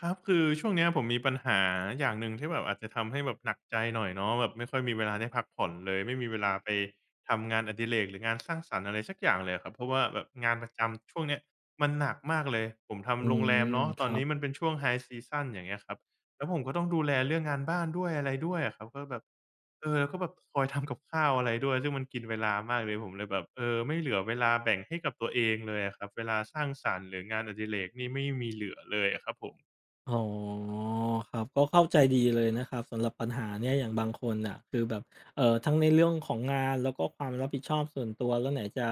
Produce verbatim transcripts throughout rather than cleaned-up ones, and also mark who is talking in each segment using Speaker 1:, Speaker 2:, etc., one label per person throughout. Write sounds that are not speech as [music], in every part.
Speaker 1: ครับคือช่วงเนี้ยผมมีปัญหาอย่างหนึ่งที่แบบอาจจะทำให้แบบหนักใจหน่อยเนาะแบบไม่ค่อยมีเวลาได้พักผ่อนเลยไม่มีเวลาไปทำงานอดิเรกหรืองานสร้างสรรค์อะไรสักอย่างเลยอะครับเพราะว่าแบบงานประจำช่วงเนี้ยมันหนักมากเลยผม
Speaker 2: อื
Speaker 1: ทำโรงแรม
Speaker 2: ม
Speaker 1: เนาะ
Speaker 2: ค
Speaker 1: ตอน
Speaker 2: รับ
Speaker 1: นี้มันเป็นช่วง High Season อย่างเงี้ยครับแล้วผมก็ต้องดูแลเรื่องงานบ้านด้วยอะไรด้วยอะครับก็แบบเออแล้วก็แบบคอยทำกับข้าวอะไรด้วยซึ่งมันกินเวลามากเลยผมเลยแบบเออไม่เหลือเวลาแบ่งให้กับตัวเองเลยอะครับเวลาสร้างสรรค์หรืองานอดิเรกนี่ไม่มีเหลือเลยอะครับผม
Speaker 2: อ๋อครับก็เข้าใจดีเลยนะครับสำหรับปัญหาเนี่ยอย่างบางคนน่ะคือแบบเอ่อทั้งในเรื่องของงานแล้วก็ความรับผิดชอบส่วนตัวแล้วไหนจะ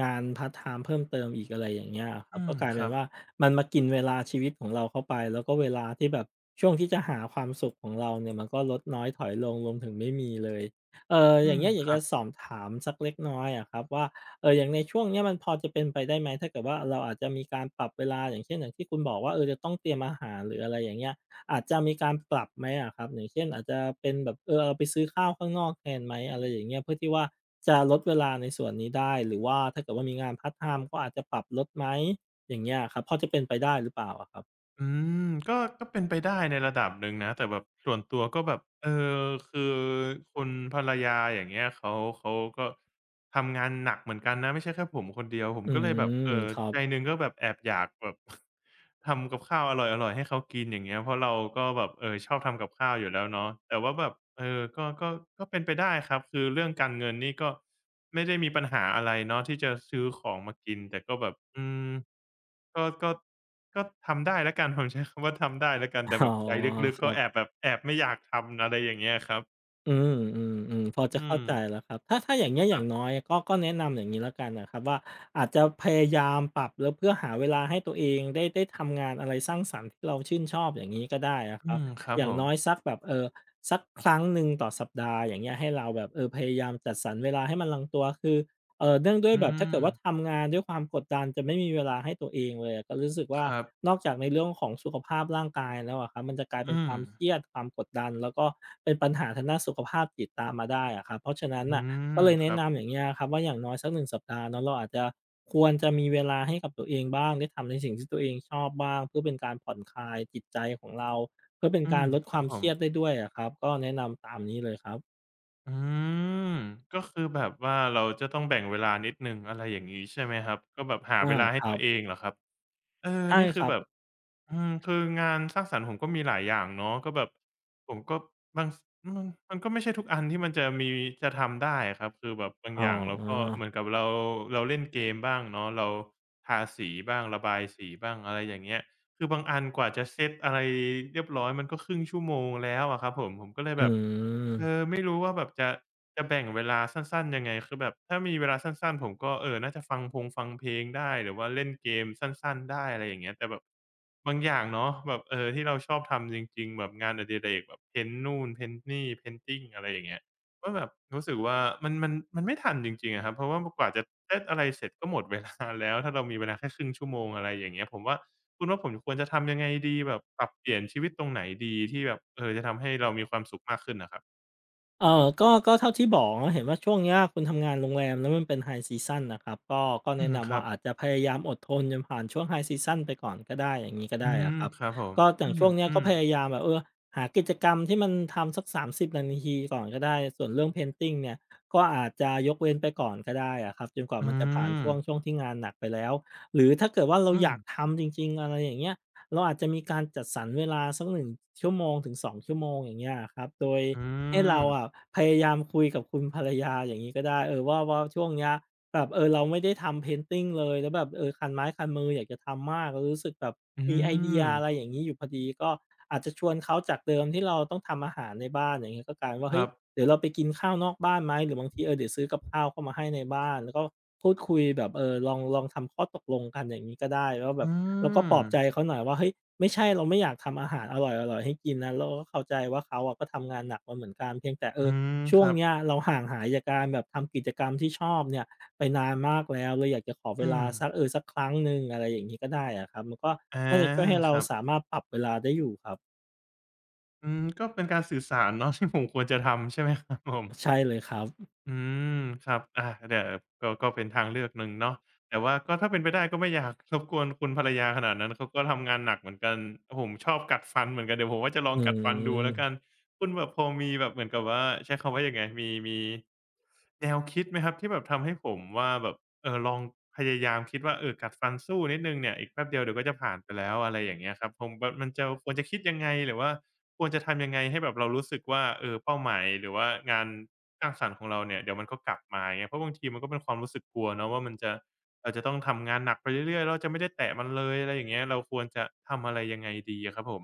Speaker 2: งานพาร์ตไทม์เพิ่มเติมอีกอะไรอย่างเงี้ยอะครับ
Speaker 1: อื
Speaker 2: ก็
Speaker 1: ม
Speaker 2: กลาย
Speaker 1: ค
Speaker 2: เป็
Speaker 1: รั
Speaker 2: น
Speaker 1: บ
Speaker 2: ว่ามันมากินเวลาชีวิตของเราเข้าไปแล้วก็เวลาที่แบบช่วงที่จะหาความสุขของเราเนี่ยมันก็ลดน้อยถอยลงรวมถึงไม่มีเลยเอ่อ
Speaker 1: อื
Speaker 2: อย่าง
Speaker 1: ม
Speaker 2: เงี้ยอยา
Speaker 1: ค
Speaker 2: ก
Speaker 1: รั
Speaker 2: จะ
Speaker 1: บ
Speaker 2: สอบถามสักเล็กน้อยอะครับว่า เอออย่างในช่วงเนี้ยมันพอจะเป็นไปได้ไหมถ้าเกิดว่าเราอาจจะมีการปรับเวลาอย่างเช่นอย่างที่คุณบอกว่าเออจะต้องเตรียมอาหารหรืออะไรอย่างเงี้ยอาจจะมีการปรับไหมอะครับอย่างเช่นอาจจะเป็นแบบเออเอาไปซื้อข้าวข้างนอกแทนไหมอะไรอย่างเงี้ยเพื่อที่ว่าจะลดเวลาในส่วนนี้ได้หรือว่าถ้าเกิดว่ามีงานพาร์ทไทม์ก็อาจจะปรับลดไหมอย่างเงี้ยอครับพอจะเป็นไปได้หรือเปล่าอะครับ
Speaker 1: อืมก็ก็เป็นไปได้ในระดับหนึ่งนะแต่แบบส่วนตัวก็แบบเออคือคุณภรรยาอย่างเงี้ยเขาเขาก็ทำงานหนักเหมือนกันนะไม่ใช่แค่ผมคนเดียวผม
Speaker 2: อื
Speaker 1: ก็เลยแบบ
Speaker 2: ม
Speaker 1: เอ่อ
Speaker 2: ครั
Speaker 1: ใจห
Speaker 2: บ
Speaker 1: นึ่งก็แบบแอบอยากแบบ [laughs] ทำกับข้าวอร่อยๆให้เขากินอย่างเงี้ยเพราะเราก็แบบเออชอบทำกับข้าวอยู่แล้วเนาะแต่ว่าแบบเออก็ก็ก็เป็นไปได้ครับคือเรื่องการเงินนี่ก็ไม่ได้มีปัญหาอะไรเนาะที่จะซื้อของมากินแต่ก็แบบอืม ก็ก็ก็ทำได้แล้วกัน [laughs] ผมใช้คำว่าทำได้แล้วกันแต่
Speaker 2: อ๋อ
Speaker 1: แบบใจลึก
Speaker 2: ค
Speaker 1: ๆก็
Speaker 2: รั
Speaker 1: แอบ
Speaker 2: บ
Speaker 1: แบบแอบไม่อยากทำอะไรอย่างเงี้ยครับ
Speaker 2: อืมออืมอืมพอจะ
Speaker 1: อื
Speaker 2: เข้า
Speaker 1: ม
Speaker 2: ใจแล้วครับถ้าถ้าอย่างเงี้ยอ
Speaker 1: ครั
Speaker 2: ย่าง
Speaker 1: บ
Speaker 2: น้อยก็ก็แนะนำอย่างนี้แล้วกันนะครับว่าอาจจะพยายามปรับแล้วเพื่อหาเวลาให้ตัวเองได้ได้ทำงานอะไรสร้างสรรค์ที่เราชื่นชอบอย่างนี้ก็ได้อะค
Speaker 1: อื
Speaker 2: รับ
Speaker 1: มครับ
Speaker 2: อ
Speaker 1: ผ
Speaker 2: ย่าง
Speaker 1: ม
Speaker 2: น้อยสักแบบเออสักครั้งหนึ่งต่อสัปดาห์อย่างเงี้ยให้เราแบบเออพยายามจัดสรรเวลาให้มันลงตัวคือ เอ่อเนื่องด้วย
Speaker 1: อื
Speaker 2: แบบถ้า
Speaker 1: ม
Speaker 2: เกิดว่าทำงานด้วยความกดดันจะไม่มีเวลาให้ตัวเองเลยอะก็รู้สึก
Speaker 1: ค
Speaker 2: ว่า
Speaker 1: รับ
Speaker 2: นอกจากในเรื่องของสุขภาพร่างกายแล้วอะครับมันจะกลายเป็น
Speaker 1: อื
Speaker 2: ค
Speaker 1: ม
Speaker 2: วามเครียดความกดดันแล้วก็เป็นปัญหาทางด้านสุขภาพจิตตามมาได้อะครับเพราะฉะนั้น
Speaker 1: อื
Speaker 2: น่ะ
Speaker 1: ม
Speaker 2: ก็เลย
Speaker 1: ค
Speaker 2: แนะ
Speaker 1: รับ
Speaker 2: นำอย่างเงี้ยครับว่าอย่างน้อยสักหนึ่งสัปดาห์เนาะเราอาจจะควรจะมีเวลาให้กับตัวเองบ้างได้ทำในสิ่งที่ตัวเองชอบบ้างเพื่อเป็นการผ่อนคลายจิตใจของเราเพื่อเป็น
Speaker 1: อื
Speaker 2: กา
Speaker 1: ม
Speaker 2: รลดค
Speaker 1: ค
Speaker 2: วา
Speaker 1: รับ
Speaker 2: ม
Speaker 1: ผ
Speaker 2: เค
Speaker 1: ม
Speaker 2: รียดได้ด้วยอะครับก็แนะนำตามนี้เลยครับ
Speaker 1: อืมก็คือแบบว่าเราจะต้องแบ่งเวลานิดหนึ่งอะไรอย่างงี้ใช่ไหมครับก็แบบหาเว
Speaker 2: อา
Speaker 1: ลา
Speaker 2: ค
Speaker 1: ให้
Speaker 2: รั
Speaker 1: ตัว
Speaker 2: บ
Speaker 1: เองเหรอครับ เออ
Speaker 2: ใช่
Speaker 1: นี่
Speaker 2: ค
Speaker 1: คือ
Speaker 2: รับ
Speaker 1: แบบอืมคืองานสร้างสรรค์ผมก็มีหลายอย่างเนาะก็แบบผมก็บางสอืมมันก็ไม่ใช่ทุกอันที่มันจะมีจะทำได้อะครับคือแบบบาง
Speaker 2: อ๋อ
Speaker 1: อย่างเราก็เหมือนกับเราเราเล่นเกมบ้างเนาะเราทาสีบ้างระบายสีบ้างอะไรอย่างเงี้ยคือบางอันกว่าจะเซตอะไรเรียบร้อยมันก็ครึ่งชั่วโมงแล้วอะครับผมผมก็เลย
Speaker 2: อื
Speaker 1: แบบ
Speaker 2: ม
Speaker 1: เออไม่รู้ว่าแบบจะ จะแบ่งเวลาสั้นๆยังไงคือแบบถ้ามีเวลาสั้นๆผมก็เอ่อน่าจะฟังพงฟังเพลงได้หรือว่าเล่นเกมสั้นๆได้อะไรอย่างเงี้ยแต่แบบบางอย่างเนาะแบบเอ่อที่เราชอบทำจริงๆแบบงานอดิเรกแบบเพ้นท์นู่นเพ้นท์นี่ painting อะไรอย่างเงี้ยก็แบบรู้สึกว่ามันมันมันไม่ทันจริงๆอะครับเพราะว่ากว่าจะเซตอะไรเสร็จก็หมดเวลาแล้วถ้าเรามีเวลาแค่ครึ่งชั่วโมงอะไรอย่างเงี้ยผมว่าคุณว่าผมควรจะทำยังไงดีแบบปรับเปลี่ยนชีวิตตรงไหนดีที่แบบเอ่อจะทำให้เรามีความสุขมากขึ้นน่ะครับ
Speaker 2: เออก็ก็เท่าที่บอกเนะเห็นว่าช่วงเนี้ยคุณทำงานโรงแรมแล้วมันเป็นไฮซีซันนะครับก็ก็
Speaker 1: อื
Speaker 2: แนะ
Speaker 1: มค
Speaker 2: นำ
Speaker 1: รั
Speaker 2: ว่า
Speaker 1: บ
Speaker 2: อาจจะพยายามอดทนจนผ่านช่วงไฮซีซันไปก่อนก็ได้อย่างงี้ก็
Speaker 1: อื
Speaker 2: ได้
Speaker 1: ม
Speaker 2: อะครับ
Speaker 1: ครับผม
Speaker 2: ก็อย่างช่วงเนี้ย
Speaker 1: อื
Speaker 2: ก็
Speaker 1: ม
Speaker 2: พยายามแบบเออหากิจกรรมที่มันทำสักสามสิบนาทีก่อนก็ได้ส่วนเรื่อง Painting เนี่ยก็อาจจะยกเว้นไปก่อนก็ได้อะครับจนกว่า
Speaker 1: อื
Speaker 2: มันจะผ่าน
Speaker 1: ม
Speaker 2: ช่วงช่วงที่งานหนักไปแล้ว หรือถ้าเกิดว่าเรา
Speaker 1: อื
Speaker 2: อ
Speaker 1: ม
Speaker 2: ยากทำจริงๆอะไรอย่างเงี้ยเราอาจจะมีการจัดสรรเวลาสักหนึ่งชั่วโมงถึงสองชั่วโมงอย่างเงี้ยอะครับโดย
Speaker 1: อื
Speaker 2: ให้เรา
Speaker 1: ม
Speaker 2: อะพยายามคุยกับคุณภรรยาอย่างนี้ก็ได้เออว่าว่าช่วงเนี้ยแบบเออเราไม่ได้ทำเพนติ้งเลยแล้วแบบเออคันไม้คันมืออยากจะทำมากรรู้สึกแบบ
Speaker 1: อืมอื
Speaker 2: มีไอเดีย
Speaker 1: ม
Speaker 2: อะไรอย่างงี้อยู่พอดีก็อาจจะชวนเขาจากเดิมที่เราต้องทำอาหารในบ้านอย่างเงี้ยก็กลายว่า
Speaker 1: ค
Speaker 2: เฮ้
Speaker 1: รั
Speaker 2: ย
Speaker 1: บ
Speaker 2: เดี๋ยวเราไปกินข้าวนอกบ้านไหมหรือบางทีเออเดี๋ยวซื้อกับข้าวเข้ามาให้ในบ้านแล้วก็พูดคุยแบบเออลองลองทำข้อตกลงกันอย่างนี้ก็ได้ว่าแบบ
Speaker 1: อื
Speaker 2: เราก็ป
Speaker 1: ม
Speaker 2: ลอบใจเขาหน่อยว่าเฮ้ยไม่ใช่เราไม่อยากทำอาหารอร่อยๆให้กินนะเราก็เข้าใจว่าเขาอะก็ทำงานหนักมาเหมือนกันเพียงแต่เออ
Speaker 1: อืม
Speaker 2: ช่
Speaker 1: ค
Speaker 2: วง
Speaker 1: รับ
Speaker 2: เนี้ยเราห่างหายจากการแบบทำกิจกรรมที่ชอบเนี่ยไปนานมากแล้วเลยอยากจะขอเว
Speaker 1: อืม
Speaker 2: ลาสักเออสักครั้งหนึ่งอะไรอย่างงี้ก็ได้อะครับมันก็
Speaker 1: อา
Speaker 2: น่าจะช่วยให้
Speaker 1: ค
Speaker 2: เรา
Speaker 1: รับ
Speaker 2: สามารถปรับเวลาได้อยู่ครับ
Speaker 1: อืมก็เป็นการสื่อสารเนาะที่ผมควรจะทำใช่ไหมครับผม
Speaker 2: ใช่เลยครับ
Speaker 1: อืมครับอาเดี๋ยวก็ก็เป็นทางเลือกหนึ่งเนาะแต่ว่าก็ถ้าเป็นไปได้ก็ไม่อยากรบกวนคุณภรรยาขนาดนั้นเขาก็ทำงานหนักเหมือนกันผมชอบกัดฟันเหมือนกันเดี๋ยวผมว่าจะลอง
Speaker 2: อื
Speaker 1: กัดฟันดูแล้วกัน
Speaker 2: ม
Speaker 1: คุณแบบพอมีแบบเหมือนกับว่าใช้คำว่ายังไงมีมีแนวคิดไหมครับที่แบบทำให้ผมว่าแบบเออลองพยายามคิดว่าเออกัดฟันสู้นิดหนึ่งเนี่ยอีกแป๊บเดียวเดี๋ยวก็จะผ่านไปแล้วอะไรอย่างเงี้ยครับผมแบบมันจะควรจะคิดยังไงหรือว่า ควรจะทำยังไงให้แบบเรารู้สึกว่าเออเป้าหมายหรือว่างานสร้างสรรค์ของเราเนี่ยเดี๋ยวมันก็กลับมาอย่างเงี้ยเพราะบางทีมันก็เป็นความรู้สึกกลัวเนาะว่ามันจะเราจะต้องทำงานหนักไปเรื่อยๆแล้วจะไม่ได้แตะมันเลยอะไรอย่างเงี้ยเราควรจะทำอะไรยังไงดีอะครับผม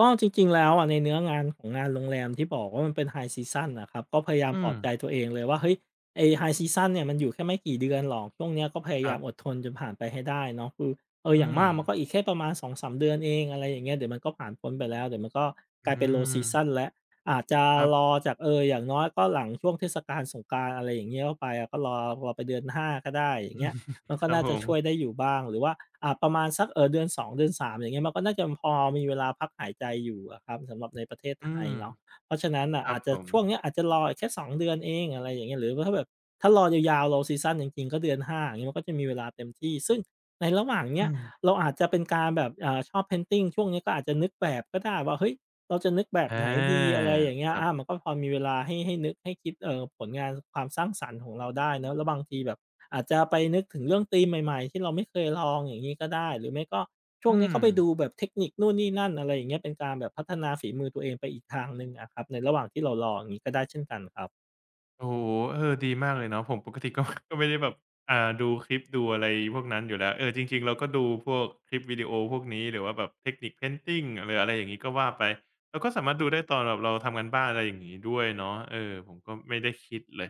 Speaker 2: ก็จริงๆแล้วอะในเนื้องานของงานโรงแรมที่บอกว่ามันเป็น High Season น่ะครับก็พยายาม
Speaker 1: อื
Speaker 2: ปลอ
Speaker 1: ม
Speaker 2: บใจตัวเองเลยว่าเฮ้ยไอ้ High Season เนี่ยมันอยู่แค่ไม่กี่เดือนหรอกช่วงเนี้ยก็พ
Speaker 1: ค
Speaker 2: ยายา
Speaker 1: รั
Speaker 2: ม
Speaker 1: บ
Speaker 2: อดทนจนผ่านไปให้ได้เนาะคือเอออ
Speaker 1: อื
Speaker 2: ย่าง
Speaker 1: ม
Speaker 2: มากมันก็อีกแค่ประมาณสองถึงสามเดือนเองอะไรอย่างเงี้ยเดี๋ยวมันก็ผ่านพ้นไปแล้วเดี๋ยวมันก็ก
Speaker 1: อื
Speaker 2: ลายเป็น Low
Speaker 1: ม
Speaker 2: Season แล้วอาจจะ
Speaker 1: ครับ
Speaker 2: รอจากเอออย่างน้อยก็หลังช่วงเทศกาลสงกรานต์อะไรอย่างเงี้ยเข้าไปอะก็รอรอไปเดือนห้าก็ได้อย่างเงี้ย
Speaker 1: [laughs]
Speaker 2: มันก็
Speaker 1: ครับ
Speaker 2: น่า
Speaker 1: ผ
Speaker 2: จะช่วยได้
Speaker 1: ม
Speaker 2: อยู่บ้างหรือว่าอ่าประมาณสักเอ่อหนึ่งถึงสอง หนึ่งถึงสามอนสองเดือนสามอย่างเงี้ยมันก็น่าจะพอมีเวลาพักหายใจอยู่อะครับสำหรับในประเทศไท
Speaker 1: อื
Speaker 2: ย
Speaker 1: ม
Speaker 2: เนาะเพราะฉะนั้นน่ะ
Speaker 1: ครั
Speaker 2: อา
Speaker 1: บ
Speaker 2: จจะ
Speaker 1: ผม
Speaker 2: ช่วงเนี้ยอาจจะรออีกแค่สองเดือนเองอะไรอย่างเงี้ยหรือว่าถ้าแบบถ้ารอยาวๆ low season จริงๆก็เดือนห้าอย่างงี้มันก็จะมีเวลาเต็มที่ซึ่งในระหว่างเนี้
Speaker 1: อื
Speaker 2: ย
Speaker 1: ม
Speaker 2: เราอาจจะเป็นการแบบอ่าชอบ Painting ช่วงนี้ก็อาจจะนึกแบบก็ได้ว่าเฮ้ยเราจะนึกแบบ
Speaker 1: อา
Speaker 2: ไหนดีอะไรอย่างเงี้
Speaker 1: ค
Speaker 2: ย
Speaker 1: รั
Speaker 2: อามั
Speaker 1: บ
Speaker 2: นก็พอมีเวลาให้ให้นึกให้คิดเอ่อผลงานความสร้างสรรค์ของเราได้เนาะแล้วบางทีแบบ อาจจะไปนึกถึงเรื่องธีมใหม่ๆที่เราไม่เคยลองอย่างงี้ก็ได้หรือไม่ก็ช่วง
Speaker 1: อื
Speaker 2: นี้ก็
Speaker 1: ม
Speaker 2: ไปดูแบบเทคนิคนู่นนี่นั่นอะไรอย่างเงี้ยเป็นการแบบพัฒนาฝีมือตัวเองไปอีกทางหนึ่งอะครับในระหว่างที่เรารออย่างงี้ก็ได้เช่นกันครับ
Speaker 1: โอ้โฮเออดีมากเลยเนาะผมปกติก็ [laughs] ก็ไม่ได้แบบอ่าดูคลิปดูอะไรพวกนั้นอยู่แล้วเออจริงๆ เราก็ดูพวกคลิปวิดีโอพวกนี้หรือว่าแบบเทคนิค Painting หรืออะไรอย่างงี้ก็ว่าไป เราก็สามารถดูได้ตอนแบบเราทำการบ้านอะไรอย่างงี้ด้วยเนาะเออผมก็ไม่ได้คิดเลย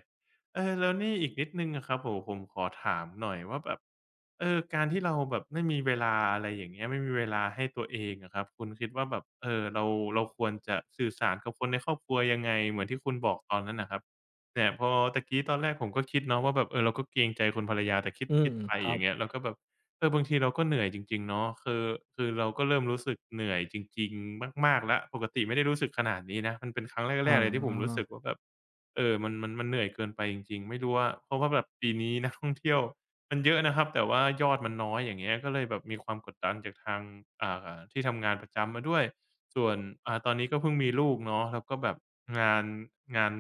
Speaker 1: เออแล้วนี่อีกนิดหนึ่งอะครับโอ้โฮผมขอถามหน่อยว่าแบบเออการที่เราแบบไม่มีเวลาอะไรอย่างเงี้ยไม่มีเวลาให้ตัวเองอะครับคุณคิดว่าแบบเออเราเราควรจะสื่อสารกับคนในครอบครัวยังไงเหมือนที่คุณบอกตอนนั้นน่ะครับ เนี่ยพอตะกี้ตอนแรกผมก็คิดเนาะว่าแบบเออเราก็เกรงใจคุณภรรยาแต่คิด
Speaker 2: อืม
Speaker 1: คิดไป
Speaker 2: ครั
Speaker 1: อ
Speaker 2: บ
Speaker 1: ย่างเงี้ยเราก็แบบเออบางทีเราก็เหนื่อยจริงๆเนาะคือคือเราก็เริ่มรู้สึกเหนื่อยจริงๆมากๆแล้วปกติไม่ได้รู้สึกขนาดนี้นะมันเป็นครั้ง
Speaker 2: อ๋
Speaker 1: แรกๆเลยที่ผมรู้สึ
Speaker 2: อ
Speaker 1: กว่าแบบเออมันมันมันเหนื่อยเกินไปจริงๆไม่รู้ว่าเพราะว่าแบบปีนี้นักท่องเที่ยวมันเยอะนะครับแต่ว่ายอดมันน้อยอย่างเงี้ยก็เลยแบบมีความกดดันจากทางอ่าที่ทำงานประจำมาด้วย ส่วนอ่าตอนนี้ก็เพิ่งมีลูกเนาะแล้วก็แบบงานงาน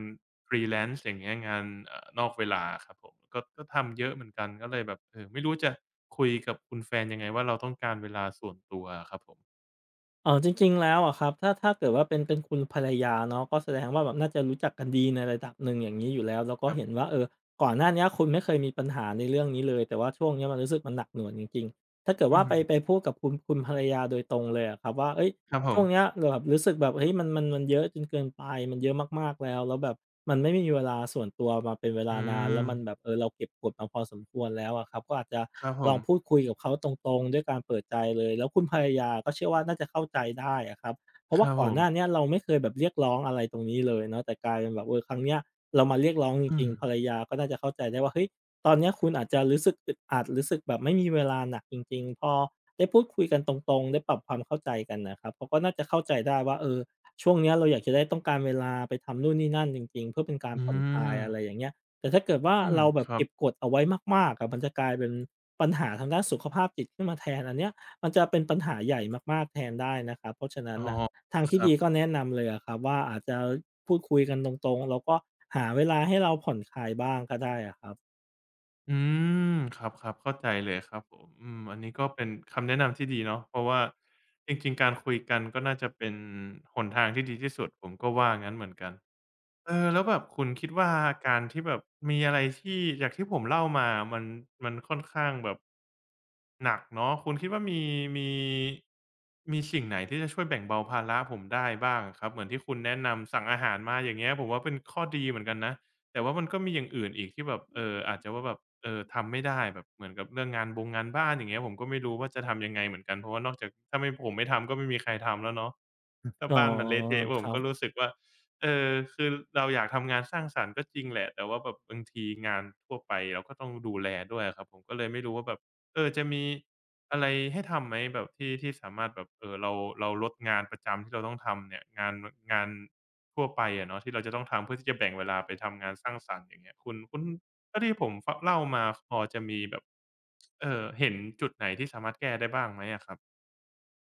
Speaker 1: Freelance อย่างเงี้ยงานเอ่อนอกเวลาครับผมก็ก็ทำเยอะเหมือนกันก็เลยแบบเออไม่รู้จะคุยกับคุณแฟนยังไงว่าเราต้องการเวลาส่วนตัวอะครับผม
Speaker 2: อ๋อจริงๆแล้วอะครับถ้าถ้าเกิดว่าเป็นเป็นคุณภรรยาเนาะก็แสดงว่าแบบน่าจะรู้จักกันดีในระดับหนึ่งอย่างงี้อยู่แล้วแล้วก็
Speaker 1: ครั
Speaker 2: เห็น
Speaker 1: บ
Speaker 2: ว่าเออก่อนหน้าเนี้ยคุณไม่เคยมีปัญหาในเรื่องนี้เลยแต่ว่าช่วงเนี้ยมันรู้สึกมันหนักหน่วงจริงๆถ้าเกิด
Speaker 1: อื
Speaker 2: ว่า
Speaker 1: ม
Speaker 2: ไปไปพูดกับคุณคุณภรรยาโดยตรงเลยอะครับว่าเฮ้ย
Speaker 1: ครับผ
Speaker 2: ช่
Speaker 1: ม
Speaker 2: วงเนี้ยเราแบบรู้สึกแบบเฮ้ยมันมันมันเยอะจนเกินไปมันเยอะมากๆแล้วแล้วแบบมันไม่มีเวลาส่วนตัวมาเป็นเว
Speaker 1: อื
Speaker 2: ลานานแล้
Speaker 1: ม
Speaker 2: วมันแบบเออเราเก็บกดมาพอสมควรแล้วอะครับก็อาจจะ
Speaker 1: ครับผ
Speaker 2: ลอ
Speaker 1: ม
Speaker 2: งพูดคุยกับเขาตรงๆด้วยการเปิดใจเลยแล้วคุณภรรยาก็เชื่อว่าน่าจะเข้าใจได้อะครับเพราะ
Speaker 1: ค
Speaker 2: ว่า
Speaker 1: รับ
Speaker 2: ก่
Speaker 1: ผ
Speaker 2: อนห
Speaker 1: ม
Speaker 2: น้าเนี้ยเราไม่เคยแบบเรียกร้องอะไรตรงนี้เลยเนาะแต่กลายเป็นแบบเออครั้งเนี้ยเรามาเรียกร้องจ
Speaker 1: อื
Speaker 2: ริ
Speaker 1: ม
Speaker 2: งๆภรรยาก็น่าจะเข้าใจได้ว่าเฮ้ยตอนเนี้ยคุณอาจจะรู้สึกอึดอัดรู้สึกแบบไม่มีเวลาหนักจริงๆพอ ได้พูดคุยกันตรงๆได้ปรับความเข้าใจกันนะครับเขาก็น่าจะเข้าใจได้ว่าเออช่วงเนี้ยเราอยากจะได้ต้องการเวลาไปทำนู่นนี่นั่นจริงๆเพื่อเป็นการ
Speaker 1: อื
Speaker 2: ผ่อนคลาย
Speaker 1: ม
Speaker 2: อะไรอย่างเงี้ยแต่ถ้าเกิดว่า
Speaker 1: อืม
Speaker 2: เราแบ
Speaker 1: ค
Speaker 2: บ
Speaker 1: รับ
Speaker 2: เก็บกดเอาไว้มากๆอะมันจะกลายเป็นปัญหาทางด้านสุขภาพจิตขึ้นมาแทนอันเนี้ยมันจะเป็นปัญหาใหญ่มากๆแทนได้นะครับเพราะฉะนั้น
Speaker 1: อ๋อ
Speaker 2: น่ะทาง
Speaker 1: ค
Speaker 2: ที่
Speaker 1: รั
Speaker 2: ดีก็
Speaker 1: บ
Speaker 2: แนะนำเลยอะครับว่าอาจจะพูดคุยกันตรงๆแล้วก็หาเวลาให้เราผ่อนคลายบ้างก็ได้อะครับ
Speaker 1: อืมครับครับเข้าใจเลยครับผมอืมอันนี้ก็เป็นคำแนะนำที่ดีเนาะเพราะว่าจริงๆการคุยกันก็น่าจะเป็นหนทางที่ดีที่สุดผมก็ว่างั้นเหมือนกัน เออแล้วแบบคุณคิดว่าการที่แบบมีอะไรที่จากที่ผมเล่ามามันมันค่อนข้างแบบหนักเนาะคุณคิดว่ามีมีมีสิ่งไหนที่จะช่วยแบ่งเบาภาระผมได้บ้างอะครับเหมือนที่คุณแนะนำสั่งอาหารมาอย่างเงี้ยผมว่าเป็นข้อดีเหมือนกันนะแต่ว่ามันก็มีอย่างอื่นอีกที่แบบเอ่ออาจจะว่าแบบเอ่อทำไม่ได้แบบเหมือนกับเรื่องงานบงงานบ้านอย่างเงี้ยผมก็ไม่รู้ว่าจะทำยังไงเหมือนกันเพราะว่านอกจากถ้าไม่ผมไม่ทำก็ไม่มีใครทำแล้วเนาะถ้า
Speaker 2: อ๋อ
Speaker 1: บ้านมันเละเทะ
Speaker 2: ค
Speaker 1: ผม
Speaker 2: รั
Speaker 1: ก็
Speaker 2: บ
Speaker 1: รู้สึกว่า เออคือเราอยากทำงานสร้างสรรค์ก็จริงแหละแต่ว่าแบบบางทีงานทั่วไปเราก็ต้องดูแลด้วยอะครับผมก็เลยไม่รู้ว่าแบบเออจะมีอะไรให้ทำไหมแบบที่ที่สามารถแบบเอ่อเราเราลดงานประจำที่เราต้องทำเนี่ยงานงานทั่วไปอะเนาะที่เราจะต้องทำเพื่อที่จะแบ่งเวลาไปทำงานสร้างสรรค์อย่างเงี้ยคุณคุณเท่าที่ผมฟเล่ามาพอจะมีแบบเอ่อเห็นจุดไหนที่สามารถแก้ได้บ้างไหมอะครับ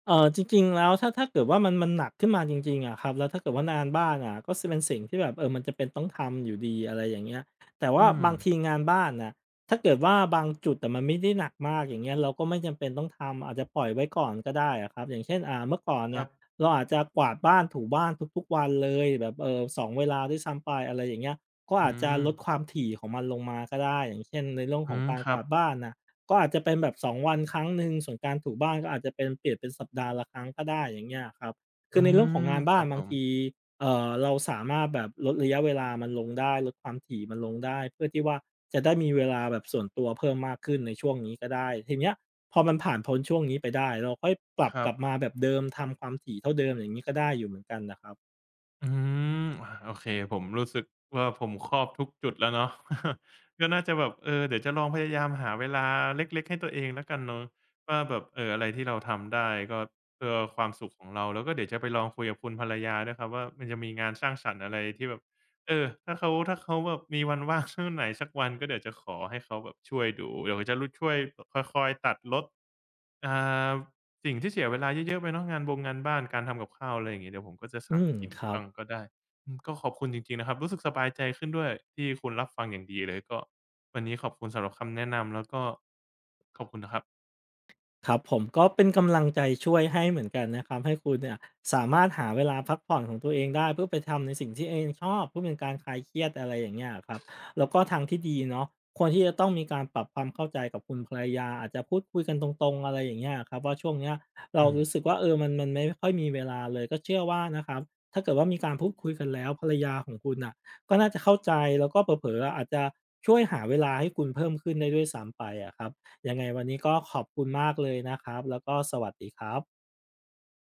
Speaker 2: เออจริงๆแล้วถ้าถ้าเกิดว่ามันมันหนักขึ้นมาจริงๆอะครับแล้วถ้าเกิดว่างานบ้านอะก็เป็นสิ่งที่แบบเออมันจะเป็นต้องทำอยู่ดีอะไรอย่างเงี้ยแต่ว่า
Speaker 1: อืม
Speaker 2: บางทีงานบ้านนะถ้าเกิดว่าบางจุดแต่มันไม่ได้หนักมากอย่างเงี้ยเราก็ไม่จำเป็นต้องทำอาจจะปล่อยไว้ก่อนก็ได้อะครับอย่างเช่นอ่าเมื่อก่อน
Speaker 1: ค
Speaker 2: เนี่
Speaker 1: รั
Speaker 2: ย
Speaker 1: บ
Speaker 2: เราอาจจะกวาดบ้านถูบ้านทุกๆวันเลยแบบเออสอสองเวลาด้วยซ้ำไปอะไรอย่างเงี้ยก็
Speaker 1: อื
Speaker 2: อาจจะ
Speaker 1: ม
Speaker 2: ลดความถี่ของมันลงมาก็ได้อย่างเช่นในเรื่องข
Speaker 1: อื
Speaker 2: อง
Speaker 1: ม
Speaker 2: การ
Speaker 1: ค
Speaker 2: ก
Speaker 1: รับ
Speaker 2: วาดบ้านนะ ก็อาจจะเป็นแบบสองวันครั้งหนึ่งส่วนการถูบ้านก็อาจจะเป็นเปลี่ยนเป็นสัปดาห์ละครั้งก็ได้อย่างเงี้ยอะครับคื
Speaker 1: อื
Speaker 2: อในเรื่องของ
Speaker 1: ม
Speaker 2: งาน
Speaker 1: ค
Speaker 2: บ้า
Speaker 1: รั
Speaker 2: น
Speaker 1: บผ
Speaker 2: บาง
Speaker 1: ม
Speaker 2: ทีเอ่อเราสามารถแบบลดระยะเวลามันลงได้ลดความถี่มันลงได้เพื่อที่ว่าจะได้มีเวลาแบบส่วนตัวเพิ่มมากขึ้นในช่วงนี้ก็ได้ทีเนี้ยพอมันผ่านพ้นช่วงนี้ไปได้เราค่อยปรับ
Speaker 1: ครั
Speaker 2: ก
Speaker 1: บ
Speaker 2: ลับมาแบบเดิมทำความถี่เท่าเดิมอย่างงี้ก็ได้อยู่เหมือนกันนะครับ
Speaker 1: อืมอาโอเคผมรู้สึกว่าผมครอบทุกจุดแล้วเนาะ [laughs] ก็น่าจะแบบเออเดี๋ยวจะลองพยายามหาเวลาเล็กๆให้ตัวเองแล้วกันเนาะว่าแบบเอออะไรที่เราทำได้ก็เพื่อความสุขของเราแล้วก็เดี๋ยวจะไปลองคุยกับคุณภรรยาด้วยครับว่ามันจะมีงานสร้างสรรค์อะไรที่แบบเออถ้าเขาถ้าเขาแบบมีวันว่าง [laughs] ช่วงไหนสักวันก็เดี๋ยวจะขอให้เขาแบบช่วยดูเดี๋ยวจะรุช่วยค่อยๆตัดลดอ่า สิ่งที่เสียเวลาเยอะๆไปเนาะงานบงงานบ้านการทำกับข้าวอะไรอย่างงี้เดี๋ยวผมก็จะ
Speaker 2: อื
Speaker 1: สั่ง
Speaker 2: ม
Speaker 1: กิน
Speaker 2: ครับ
Speaker 1: บ้างก็ได้อืมก็ขอบคุณจริงๆนะครับรู้สึกสบายใจขึ้นด้วยที่คุณรับฟังอย่างดีเลยก็วันนี้ขอบคุณสำหรับคำแนะนำแล้วก็ขอบคุณนะครับ
Speaker 2: ครับผมก็เป็นกำลังใจช่วยให้เหมือนกันนะครับให้คุณเนี่ยสามารถหาเวลาพักผ่อนของตัวเองได้เพื่อไปทำในสิ่งที่เองชอบเพื่อเป็นการคลายเครียดอะไรอย่างเงี้ยครับแล้วก็ทางที่ดีเนาะควรที่จะต้องมีการปรับความเข้าใจกับคุณภรรยาอาจจะพูดคุยกันตรงๆอะไรอย่างเงี้ยครับว่าช่วงเนี้ยเรา
Speaker 1: อืม
Speaker 2: รู้สึกว่าเออมันมันไม่ค่อยมีเวลาเลยก็เชื่อว่านะครับถ้าเกิดว่ามีการพูดคุยกันแล้วภรรยาของคุณน่ะก็น่าจะเข้าใจแล้วก็เผลอๆอาจจะช่วยหาเวลาให้คุณเพิ่มขึ้นได้ด้วยซ้ำไปอะครับ ยังไงวันนี้ก็ขอบคุณมากเลยนะครับ แล้วก็สวัสดีครับ